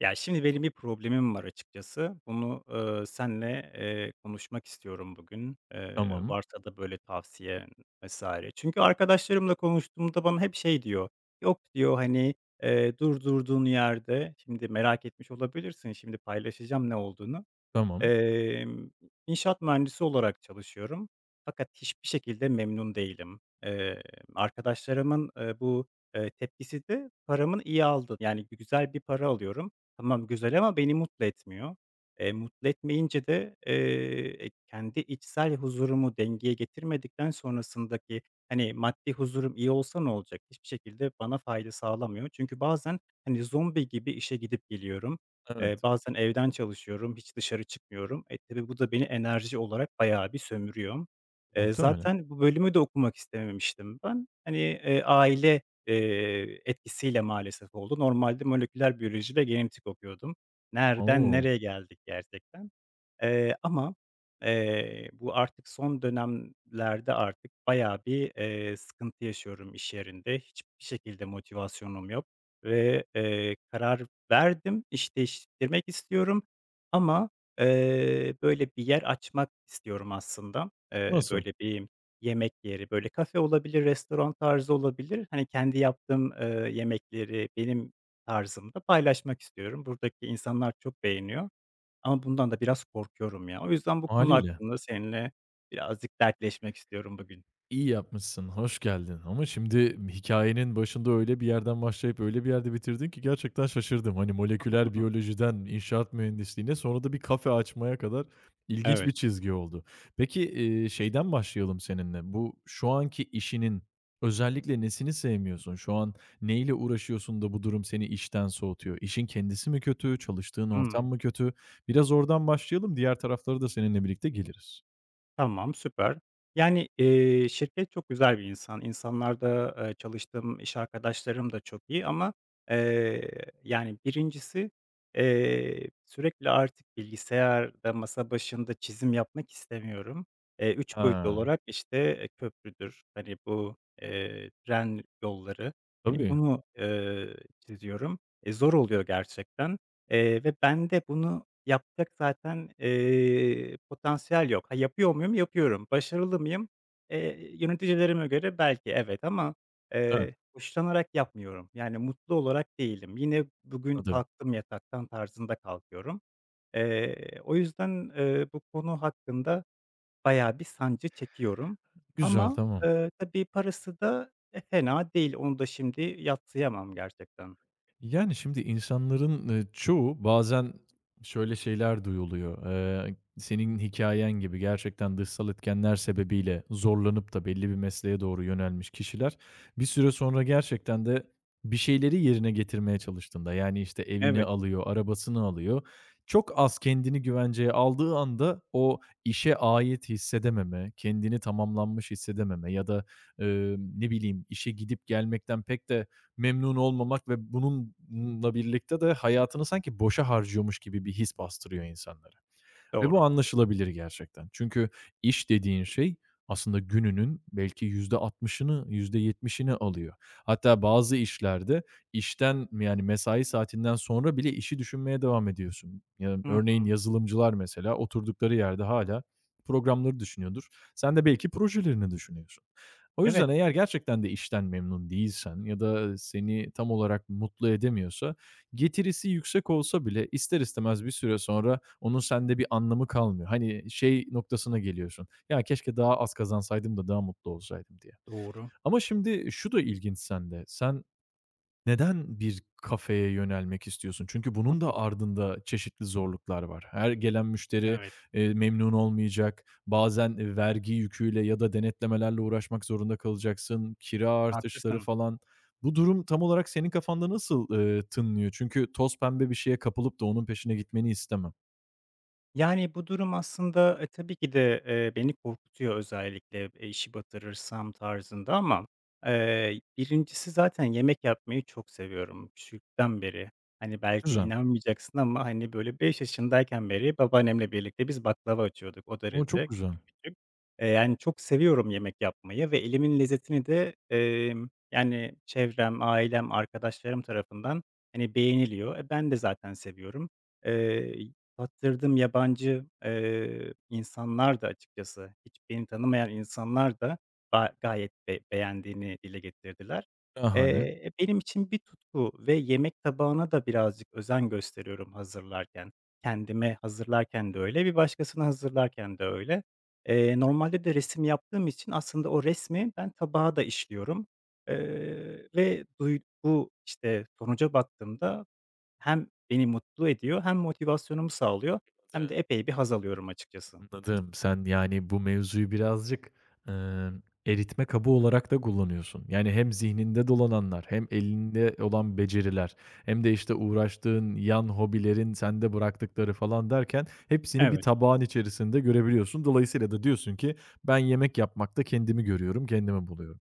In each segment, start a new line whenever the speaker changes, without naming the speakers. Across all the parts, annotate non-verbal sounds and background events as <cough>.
Ya, şimdi benim bir problemim var açıkçası. Bunu seninle konuşmak istiyorum bugün.
Tamam,
Varsa da böyle tavsiye vs. Çünkü arkadaşlarımla konuştuğumda bana hep şey diyor, "Yok." diyor, hani, "Dur durduğun yerde." Şimdi merak etmiş olabilirsin, şimdi paylaşacağım ne olduğunu.
tamam.
Emm, inşaat mühendisi olarak çalışıyorum fakat hiçbir şekilde memnun değilim. Arkadaşlarımın tepkisi de paramın iyi aldı, yani güzel bir para alıyorum. Tamam, güzel ama beni mutlu etmiyor. Mutlu etmeyince de kendi içsel huzurumu dengeye getirmedikten sonrasındaki, hani, maddi huzurum iyi olsa ne olacak? Hiçbir şekilde bana fayda sağlamıyor. Çünkü bazen, hani, zombi gibi işe gidip geliyorum.
Evet,
Bazen evden çalışıyorum, hiç dışarı çıkmıyorum. Tabii bu da beni enerji olarak bayağı bir sömürüyor.
muhtemelen.
Zaten bu bölümü de okumak istememiştim ben. Hani, aile etkisiyle maalesef oldu. Normalde moleküler biyoloji ve genetik okuyordum. Nereden
Oo,
nereye geldik gerçekten. Ama bu artık son dönemlerde artık bayağı bir sıkıntı yaşıyorum iş yerinde. Hiçbir şekilde motivasyonum yok ve karar verdim, iş değiştirmek istiyorum ama böyle bir yer açmak istiyorum aslında.
nasıl?
Böyle bir yemek yeri, böyle kafe olabilir, restoran tarzı olabilir. Hani, kendi yaptığım yemekleri benim tarzımda paylaşmak istiyorum. Buradaki insanlar çok beğeniyor ama bundan da biraz korkuyorum ya. O yüzden bu konu
Hâliyle.
hakkında seninle birazcık dertleşmek istiyorum bugün.
İyi yapmışsın, hoş geldin ama şimdi hikayenin başında öyle bir yerden başlayıp öyle bir yerde bitirdin ki gerçekten şaşırdım. Hani moleküler biyolojiden inşaat mühendisliğine sonra da bir kafe açmaya kadar ilginç
Evet.
bir çizgi oldu. Peki, şeyden başlayalım seninle. Bu şu anki işinin özellikle nesini sevmiyorsun? Şu an neyle uğraşıyorsun da bu durum seni işten soğutuyor? İşin kendisi mi kötü, çalıştığın ortam mı kötü? Biraz oradan başlayalım, diğer tarafları da seninle birlikte geliriz.
Tamam, süper. Yani, şirket çok güzel bir insan. İnsanlar da, çalıştığım iş arkadaşlarım da çok iyi ama, yani birincisi sürekli artık bilgisayarda, masa başında çizim yapmak istemiyorum. 3 boyutlu
Ha,
olarak, işte, köprüdür, hani, bu tren yolları, hani,
tabii.
bunu çiziyorum. Zor oluyor gerçekten, ve ben de bunu yapacak zaten potansiyel yok. Ha, yapıyor muyum? Yapıyorum. Başarılı mıyım? Yöneticilerime göre belki evet ama,
Güzel.
hoşlanarak yapmıyorum. Yani mutlu olarak değilim. Yine bugün
Tabii.
kalktım yataktan tarzında kalkıyorum. O yüzden, bu konu hakkında bayağı bir sancı çekiyorum
Güzel,
ama,
tamam.
tabii parası da fena değil. Onu da şimdi yadsıyamam gerçekten.
Yani, şimdi insanların, çoğu bazen şöyle şeyler duyuluyor. Senin hikayen gibi gerçekten dışsal etkenler sebebiyle zorlanıp da belli bir mesleğe doğru yönelmiş kişiler, bir süre sonra gerçekten de bir şeyleri yerine getirmeye çalıştığında, yani, işte, evini
Evet,
alıyor, arabasını alıyor. Çok az kendini güvenceye aldığı anda o işe ait hissedememe, kendini tamamlanmış hissedememe ya da, ne bileyim, işe gidip gelmekten pek de memnun olmamak ve bununla birlikte de hayatını sanki boşa harcıyormuş gibi bir his bastırıyor insanlara ve bu
doğru.
anlaşılabilir gerçekten. Çünkü iş dediğin şey aslında gününün belki %60'ını, %70'ini alıyor. Hatta bazı işlerde işten, yani, mesai saatinden sonra bile işi düşünmeye devam ediyorsun. Ya,
Hı
örneğin
hı.
yazılımcılar mesela oturdukları yerde hala programları düşünüyordur. Sen de belki projelerini düşünüyorsun. O
Evet,
yüzden eğer gerçekten de işten memnun değilsen ya da seni tam olarak mutlu edemiyorsa, getirisi yüksek olsa bile ister istemez bir süre sonra onun sende bir anlamı kalmıyor. Hani şey noktasına geliyorsun. Ya keşke daha az kazansaydım da daha mutlu olsaydım diye.
doğru.
Ama şimdi şu da ilginç sende. Sen neden bir kafeye yönelmek istiyorsun? Çünkü bunun da ardında çeşitli zorluklar var. Her gelen müşteri,
Evet,
memnun olmayacak. Bazen, vergi yüküyle ya da denetlemelerle uğraşmak zorunda kalacaksın. Kira artışları
haklısın.
falan. Bu durum tam olarak senin kafanda nasıl, tınlıyor? Çünkü toz pembe bir şeye kapılıp da onun peşine gitmeni istemem.
Yani, bu durum aslında tabii ki de, beni korkutuyor özellikle, işi batırırsam tarzında ama, 1'incisi zaten yemek yapmayı çok seviyorum küçükten beri. Hani, belki
Güzel.
inanmayacaksın ama, hani, böyle, 5 yaşındayken beri babaannemle birlikte biz baklava açıyorduk o
O, çok
derece.
güzel.
Yani, çok seviyorum yemek yapmayı ve elimin lezzetini de, yani, çevrem, ailem, arkadaşlarım tarafından, hani, beğeniliyor. Ben de zaten seviyorum. Eee, Tattırdığım yabancı insanlar da açıkçası, hiç beni tanımayan insanlar da gayet beğendiğini dile getirdiler. Eee,
Şahane.
Benim için bir tutku ve yemek tabağına da birazcık özen gösteriyorum hazırlarken. Kendime hazırlarken de öyle, bir başkasına hazırlarken de öyle. Normalde de resim yaptığım için aslında o resmi ben tabağa da işliyorum, ve işte, sonuca baktığımda hem beni mutlu ediyor hem motivasyonumu sağlıyor hem de epey bir haz alıyorum açıkçası.
Anladım. Sen, yani, bu mevzuyu birazcık, eritme kabı olarak da kullanıyorsun. Yani hem zihninde dolananlar hem elinde olan beceriler hem de, işte, uğraştığın yan hobilerin sende bıraktıkları falan derken hepsini bir
Evet,
tabağın içerisinde görebiliyorsun. Dolayısıyla da diyorsun ki ben yemek yapmakta kendimi görüyorum, kendimi buluyorum.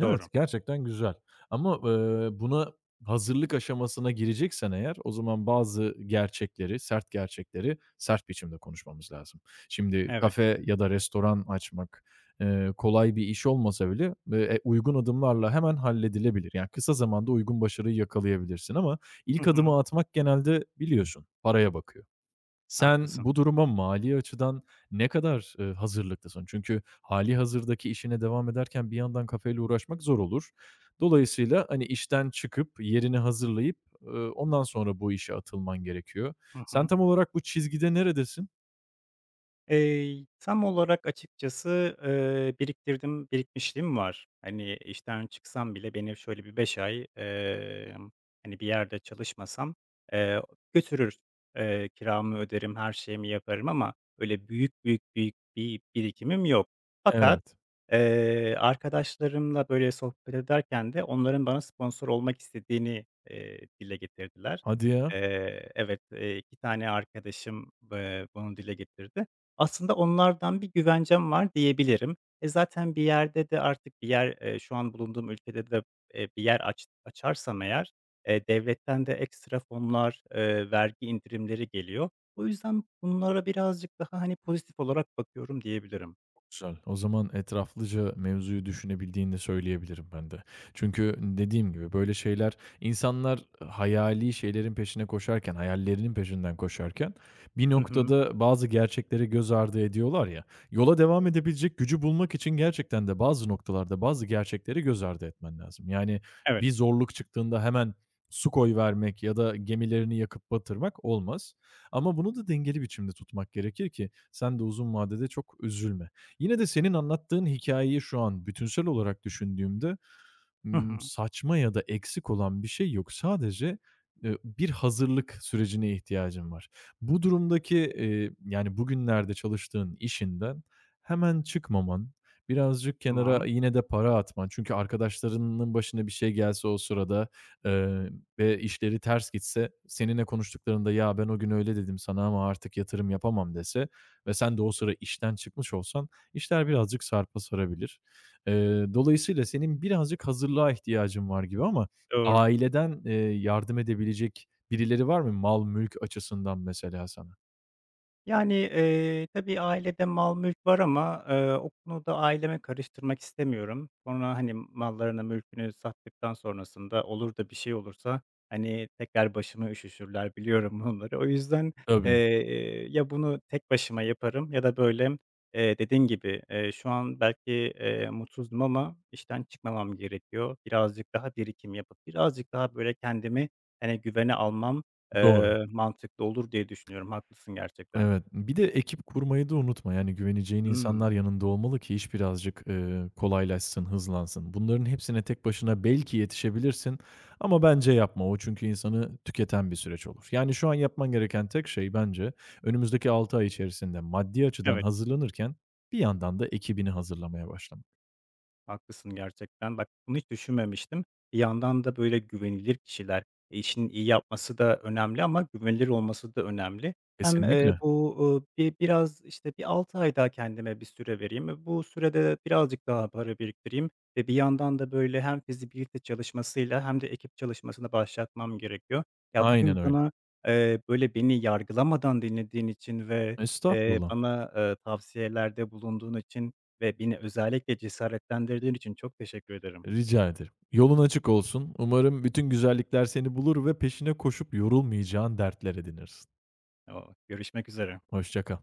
doğru.
Evet, gerçekten güzel ama, buna hazırlık aşamasına gireceksen eğer o zaman bazı gerçekleri, sert gerçekleri sert biçimde konuşmamız lazım. Şimdi
Evet.
kafe ya da restoran açmak, kolay bir iş olmasa bile, uygun adımlarla hemen halledilebilir. Yani kısa zamanda uygun başarıyı yakalayabilirsin ama
Hı
ilk
hı.
adımı atmak genelde biliyorsun, paraya bakıyor. Sen
Haklısın.
bu duruma mali açıdan ne kadar, hazırlıklısın? Çünkü hali hazırdaki işine devam ederken bir yandan kafayla uğraşmak zor olur. Dolayısıyla, hani, işten çıkıp yerini hazırlayıp, ondan sonra bu işe atılman gerekiyor.
Hı
Sen
hı.
tam olarak bu çizgide neredesin?
Tam olarak açıkçası, biriktirdim, birikmişliğim var. Hani, işten çıksam bile beni şöyle bir 5 ay, hani, bir yerde çalışmasam, eee, götürür. Kiramı öderim, her şeyimi yaparım ama öyle büyük büyük büyük bir birikimim yok. Fakat,
Evet.
arkadaşlarımla, böyle, sohbet ederken de onların bana sponsor olmak istediğini, dile getirdiler.
Hadi ya.
Evet, 2 tane arkadaşım, bunu dile getirdi. Aslında onlardan bir güvencem var diyebilirim. Zaten bir yerde de artık bir yer, şu an bulunduğum ülkede de, bir yer açarsam eğer, devletten de ekstra fonlar, vergi indirimleri geliyor. O yüzden bunlara birazcık daha, hani, pozitif olarak bakıyorum diyebilirim.
Güzel. O zaman etraflıca mevzuyu düşünebildiğini de söyleyebilirim ben de. Çünkü dediğim gibi böyle şeyler insanlar hayali şeylerin peşine koşarken, hayallerinin peşinden koşarken bir
Hı hı.
noktada bazı gerçekleri göz ardı ediyorlar ya. Yola devam edebilecek gücü bulmak için gerçekten de bazı noktalarda bazı gerçekleri göz ardı etmen lazım. Yani
Evet.
bir zorluk çıktığında hemen su koy vermek ya da gemilerini yakıp batırmak olmaz. Ama bunu da dengeli biçimde tutmak gerekir ki sen de uzun vadede çok üzülme. Yine de senin anlattığın hikayeyi şu an bütünsel olarak düşündüğümde,
Hı hı.
saçma ya da eksik olan bir şey yok. Sadece, bir hazırlık sürecine ihtiyacın var. Bu durumdaki, yani, bugünlerde çalıştığın işinden hemen çıkmaman, birazcık kenara
Tamam.
yine de para atman çünkü arkadaşlarının başına bir şey gelse o sırada, eee, ve işleri ters gitse seninle konuştuklarında "Ya, ben o gün öyle dedim sana ama artık yatırım yapamam." dese ve sen de o sıra işten çıkmış olsan işler birazcık sarpa sarabilir. Dolayısıyla senin birazcık hazırlığa ihtiyacın var gibi ama
Doğru.
aileden, yardım edebilecek birileri var mı mal mülk açısından mesela sana?
Yani, tabii ailede mal mülk var ama, o konuda aileme karıştırmak istemiyorum. Sonra, hani, mallarını mülkünü sattıktan sonrasında olur da bir şey olursa, hani, tekrar başımı üşüşürler biliyorum <laughs> bunları. O yüzden, eee,
Tabii,
ya bunu tek başıma yaparım ya da böyle, dediğin gibi, şu an belki, mutsuzdum ama işten çıkmamam gerekiyor. Birazcık daha birikim yapıp birazcık daha böyle kendimi, hani, güvene almam
doğru.
mantıklı olur diye düşünüyorum. Haklısın gerçekten.
Evet, bir de ekip kurmayı da unutma. Yani güveneceğin
Hımm.
insanlar yanında olmalı ki iş birazcık, kolaylaşsın, hızlansın. Bunların hepsine tek başına belki yetişebilirsin ama bence yapma. O çünkü insanı tüketen bir süreç olur. Yani şu an yapman gereken tek şey bence önümüzdeki 6 ay içerisinde maddi açıdan
Evet,
hazırlanırken bir yandan da ekibini hazırlamaya başlamak.
haklısın gerçekten. Bak, bunu hiç düşünmemiştim. Bir yandan da böyle güvenilir kişiler işini iyi yapması da önemli ama güvenilir olması da önemli. Hem
Kesinlikle.
bir biraz, işte, bir 6 ay daha kendime bir süre vereyim. Bu sürede birazcık daha para biriktireyim ve bir yandan da böyle hem fizibilite çalışmasıyla hem de ekip çalışmasına başlatmam gerekiyor. Ya,
Aynen
bugün
öyle.
bana böyle beni yargılamadan dinlediğin için ve,
Estağfurullah.
bana tavsiyelerde bulunduğun için ve beni özellikle cesaretlendirdiğin için çok teşekkür ederim.
Rica ederim. Yolun açık olsun. Umarım bütün güzellikler seni bulur ve peşine koşup yorulmayacağın dertler edinirsin.
O görüşmek üzere.
Hoşça kal.